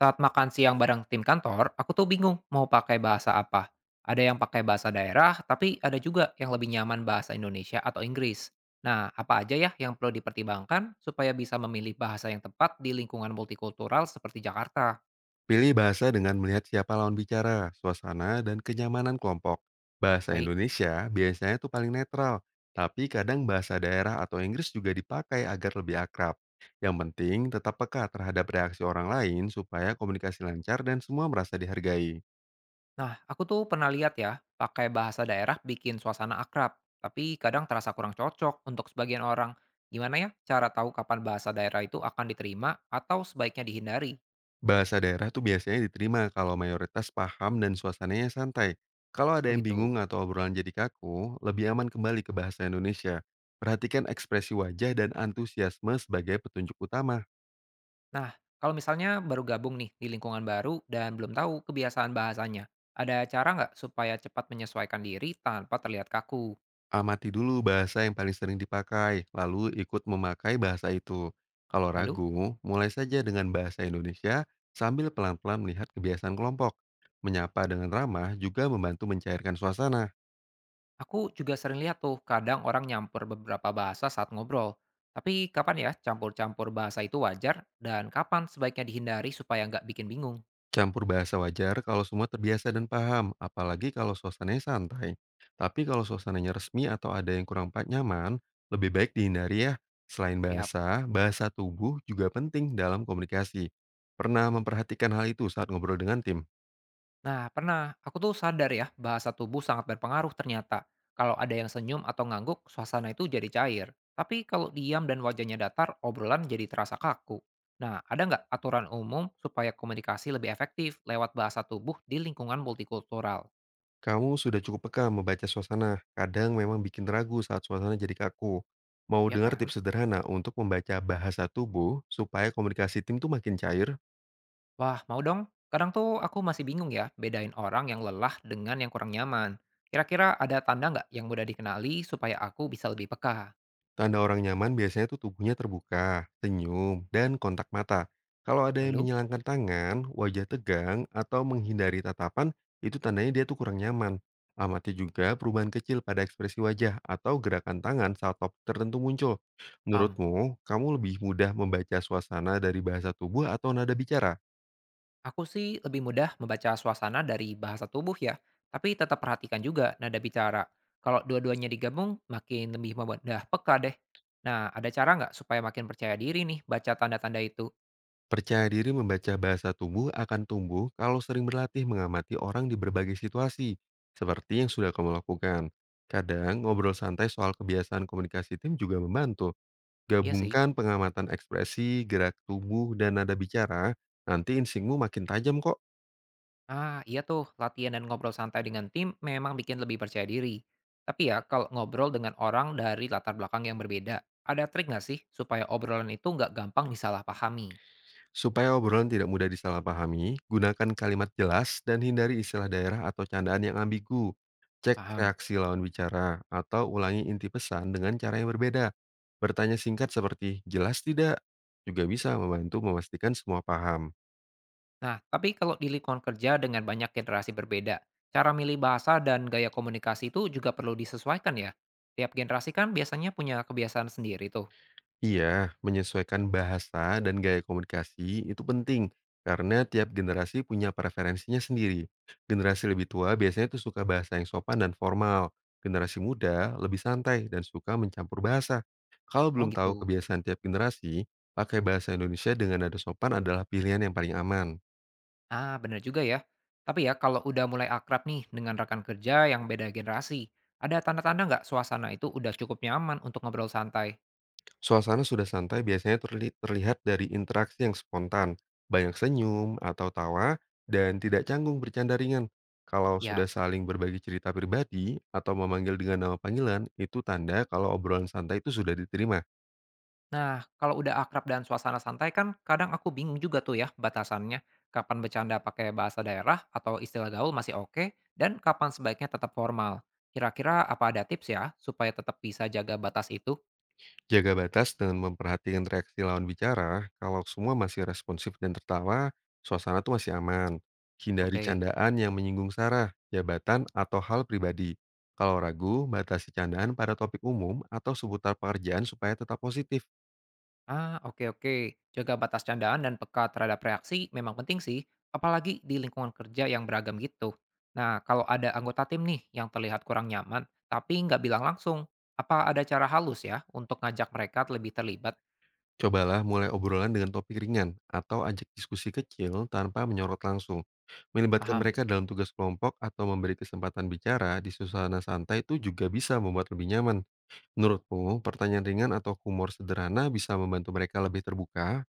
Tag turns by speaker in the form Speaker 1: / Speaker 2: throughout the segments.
Speaker 1: Saat makan siang bareng tim kantor, aku tuh bingung mau pakai bahasa apa. Ada yang pakai bahasa daerah, tapi ada juga yang lebih nyaman bahasa Indonesia atau Inggris. Nah, apa aja ya yang perlu dipertimbangkan supaya bisa memilih bahasa yang tepat di lingkungan multikultural seperti Jakarta?
Speaker 2: Pilih bahasa dengan melihat siapa lawan bicara, suasana, dan kenyamanan kelompok. Bahasa
Speaker 1: Baik.
Speaker 2: Indonesia biasanya tuh paling netral, tapi kadang bahasa daerah atau Inggris juga dipakai agar lebih akrab. Yang penting tetap peka terhadap reaksi orang lain supaya komunikasi lancar dan semua merasa dihargai.
Speaker 1: Nah, aku tuh pernah lihat ya, pakai bahasa daerah bikin suasana akrab, tapi kadang terasa kurang cocok untuk sebagian orang. Gimana ya cara tahu kapan bahasa daerah itu akan diterima atau sebaiknya dihindari?
Speaker 2: Bahasa daerah tuh biasanya diterima kalau mayoritas paham dan suasananya santai. Kalau ada yang
Speaker 1: Begitu.
Speaker 2: bingung atau obrolan jadi kaku, lebih aman kembali ke bahasa Indonesia. Perhatikan ekspresi wajah dan antusiasme sebagai petunjuk utama.
Speaker 1: Nah, kalau misalnya baru gabung nih di lingkungan baru dan belum tahu kebiasaan bahasanya, ada cara nggak supaya cepat menyesuaikan diri tanpa terlihat kaku?
Speaker 2: Amati dulu bahasa yang paling sering dipakai, lalu ikut memakai bahasa itu. Kalau
Speaker 1: Lalu,
Speaker 2: ragu, mulai saja dengan bahasa Indonesia sambil pelan-pelan melihat kebiasaan kelompok. Menyapa dengan ramah juga membantu mencairkan suasana.
Speaker 1: aku juga sering lihat tuh kadang orang nyampur beberapa bahasa saat ngobrol. Tapi kapan ya campur-campur bahasa itu wajar dan kapan sebaiknya dihindari supaya nggak bikin bingung?
Speaker 2: Campur bahasa wajar kalau semua terbiasa dan paham, apalagi kalau suasananya santai. Tapi kalau suasananya resmi atau ada yang nyaman, lebih baik dihindari ya. Selain
Speaker 1: Siap.
Speaker 2: bahasa, bahasa tubuh juga penting dalam komunikasi. Pernah memperhatikan hal itu saat ngobrol dengan tim?
Speaker 1: Nah, pernah. Aku tuh sadar ya, bahasa tubuh sangat berpengaruh ternyata. Kalau ada yang senyum atau ngangguk, suasana itu jadi cair. Tapi kalau diam dan wajahnya datar, obrolan jadi terasa kaku. Nah, ada nggak aturan umum supaya komunikasi lebih efektif lewat bahasa tubuh di lingkungan multikultural?
Speaker 2: Kamu sudah cukup peka membaca suasana, kadang memang bikin ragu saat suasana jadi kaku. Mau
Speaker 1: Ya
Speaker 2: dengar
Speaker 1: kan?
Speaker 2: tips sederhana untuk membaca bahasa tubuh supaya komunikasi tim tuh makin cair?
Speaker 1: Wah, mau dong? Kadang tuh aku masih bingung ya, bedain orang yang lelah dengan yang kurang nyaman. Kira-kira ada tanda nggak yang mudah dikenali supaya aku bisa lebih peka?
Speaker 2: Tanda orang nyaman biasanya tuh tubuhnya terbuka, senyum, dan kontak mata. Kalau ada yang
Speaker 1: Lalu?
Speaker 2: menyilangkan tangan, wajah tegang, atau menghindari tatapan, itu tandanya dia tuh kurang nyaman. Amati juga perubahan kecil pada ekspresi wajah atau gerakan tangan saat topik tertentu muncul. Menurutmu, kamu lebih mudah membaca suasana dari bahasa tubuh atau nada bicara?
Speaker 1: Aku sih lebih mudah membaca suasana dari bahasa tubuh ya, tapi tetap perhatikan juga nada bicara. Kalau dua-duanya digabung, makin lebih mudah peka deh. Nah, ada cara nggak supaya makin percaya diri nih baca tanda-tanda itu?
Speaker 2: Percaya diri membaca bahasa tubuh akan tumbuh kalau sering berlatih mengamati orang di berbagai situasi, seperti yang sudah kamu lakukan. Kadang ngobrol santai soal kebiasaan komunikasi tim juga membantu.
Speaker 1: Iya sih.
Speaker 2: Gabungkan pengamatan ekspresi, gerak tubuh, dan nada bicara, nanti instingmu makin tajam kok.
Speaker 1: Ah, iya tuh, latihan dan ngobrol santai dengan tim memang bikin lebih percaya diri. Tapi ya, kalau ngobrol dengan orang dari latar belakang yang berbeda, ada trik nggak sih supaya obrolan itu nggak gampang disalahpahami?
Speaker 2: Supaya obrolan tidak mudah disalahpahami, gunakan kalimat jelas dan hindari istilah daerah atau candaan yang ambigu. Cek
Speaker 1: Paham.
Speaker 2: reaksi lawan bicara atau ulangi inti pesan dengan cara yang berbeda. Bertanya singkat seperti jelas tidak juga bisa membantu memastikan semua paham.
Speaker 1: Nah, tapi kalau di lingkungan kerja dengan banyak generasi berbeda, cara milih bahasa dan gaya komunikasi itu juga perlu disesuaikan ya. Tiap generasi kan biasanya punya kebiasaan sendiri tuh.
Speaker 2: Iya, menyesuaikan bahasa dan gaya komunikasi itu penting karena tiap generasi punya preferensinya sendiri. Generasi lebih tua biasanya tuh suka bahasa yang sopan dan formal. Generasi muda lebih santai dan suka mencampur bahasa. Kalau
Speaker 1: Oh
Speaker 2: belum tahu
Speaker 1: gitu.
Speaker 2: kebiasaan tiap generasi, pakai bahasa Indonesia dengan nada sopan adalah pilihan yang paling aman.
Speaker 1: Ah, bener juga ya. Tapi ya, kalau udah mulai akrab nih dengan rekan kerja yang beda generasi, ada tanda-tanda nggak suasana itu udah cukup nyaman untuk ngobrol santai?
Speaker 2: Suasana sudah santai biasanya terlihat dari interaksi yang spontan, banyak senyum atau tawa, dan tidak canggung bercanda ringan. Kalau sudah
Speaker 1: Ya,
Speaker 2: saling berbagi cerita pribadi atau memanggil dengan nama panggilan, itu tanda kalau obrolan santai itu sudah diterima.
Speaker 1: nah, kalau udah akrab dan suasana santai kan kadang aku bingung juga tuh ya batasannya. Kapan bercanda pakai bahasa daerah atau istilah gaul masih oke, dan kapan sebaiknya tetap formal. Kira-kira apa ada tips ya supaya tetap bisa jaga batas itu?
Speaker 2: Jaga batas dengan memperhatikan reaksi lawan bicara, kalau semua masih responsif dan tertawa, suasana tuh masih aman. Hindari
Speaker 1: Oke.
Speaker 2: candaan yang menyinggung sarah, jabatan, atau hal pribadi. Kalau ragu, batasi candaan pada topik umum atau seputar pekerjaan supaya tetap positif.
Speaker 1: Ah, oke oke. Jaga batas candaan dan peka terhadap reaksi memang penting sih, apalagi di lingkungan kerja yang beragam gitu. Nah, kalau ada anggota tim nih yang terlihat kurang nyaman, tapi nggak bilang langsung, apa ada cara halus ya untuk ngajak mereka lebih terlibat?
Speaker 2: Cobalah mulai obrolan dengan topik ringan atau ajak diskusi kecil tanpa menyorot langsung. Melibatkan
Speaker 1: Paham?
Speaker 2: mereka dalam tugas kelompok atau memberi kesempatan bicara di suasana santai itu juga bisa membuat lebih nyaman. Menurutmu, pertanyaan ringan atau humor sederhana bisa membantu mereka lebih terbuka?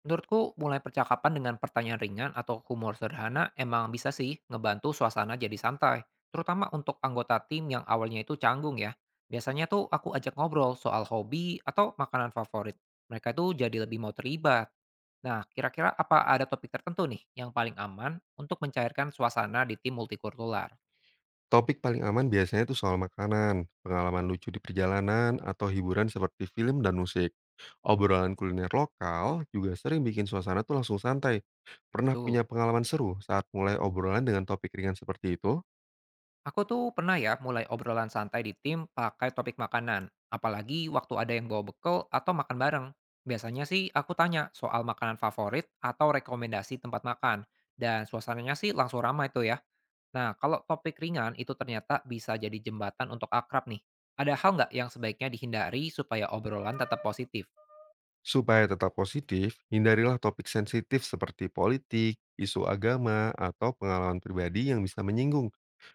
Speaker 1: Menurutku, mulai percakapan dengan pertanyaan ringan atau humor sederhana emang bisa sih ngebantu suasana jadi santai, terutama untuk anggota tim yang awalnya itu canggung ya. Biasanya tuh aku ajak ngobrol soal hobi atau makanan favorit. Mereka tuh jadi lebih mau terlibat. Nah, kira-kira apa ada topik tertentu nih yang paling aman untuk mencairkan suasana di tim multikultural?
Speaker 2: Topik paling aman biasanya itu soal makanan, pengalaman lucu di perjalanan, atau hiburan seperti film dan musik. Obrolan kuliner lokal juga sering bikin suasana tuh langsung santai. Pernah
Speaker 1: Betul.
Speaker 2: punya pengalaman seru saat mulai obrolan dengan topik ringan seperti itu?
Speaker 1: Aku tuh pernah ya mulai obrolan santai di tim pakai topik makanan, apalagi waktu ada yang bawa bekal atau makan bareng. Biasanya sih aku tanya soal makanan favorit atau rekomendasi tempat makan, dan suasananya sih langsung ramai tuh ya. Nah, kalau topik ringan itu ternyata bisa jadi jembatan untuk akrab nih. Ada hal nggak yang sebaiknya dihindari supaya obrolan tetap positif?
Speaker 2: Supaya tetap positif, hindarilah topik sensitif seperti politik, isu agama, atau pengalaman pribadi yang bisa menyinggung.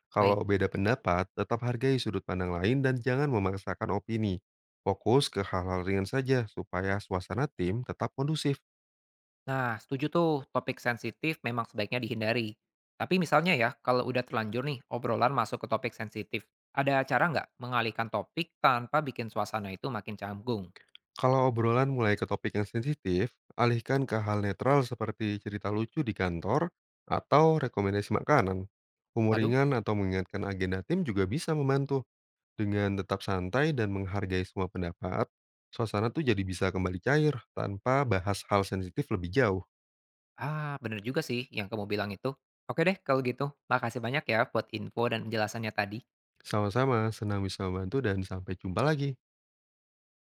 Speaker 2: Kalau
Speaker 1: Baik.
Speaker 2: beda pendapat, tetap hargai sudut pandang lain dan jangan memaksakan opini. Fokus ke hal-hal ringan saja supaya suasana tim tetap kondusif.
Speaker 1: Nah, setuju tuh, topik sensitif memang sebaiknya dihindari. Tapi misalnya ya, kalau udah terlanjur nih obrolan masuk ke topik sensitif, ada cara nggak mengalihkan topik tanpa bikin suasana itu makin canggung?
Speaker 2: Kalau obrolan mulai ke topik yang sensitif, alihkan ke hal netral seperti cerita lucu di kantor atau rekomendasi makanan. Humor
Speaker 1: Lalu,
Speaker 2: ringan atau mengingatkan agenda tim juga bisa membantu. Dengan tetap santai dan menghargai semua pendapat, suasana tuh jadi bisa kembali cair tanpa bahas hal sensitif lebih jauh.
Speaker 1: ah bener juga sih yang kamu bilang itu. Oke deh kalau gitu, makasih banyak ya buat info dan penjelasannya tadi.
Speaker 2: Sama-sama, senang bisa membantu dan sampai jumpa lagi.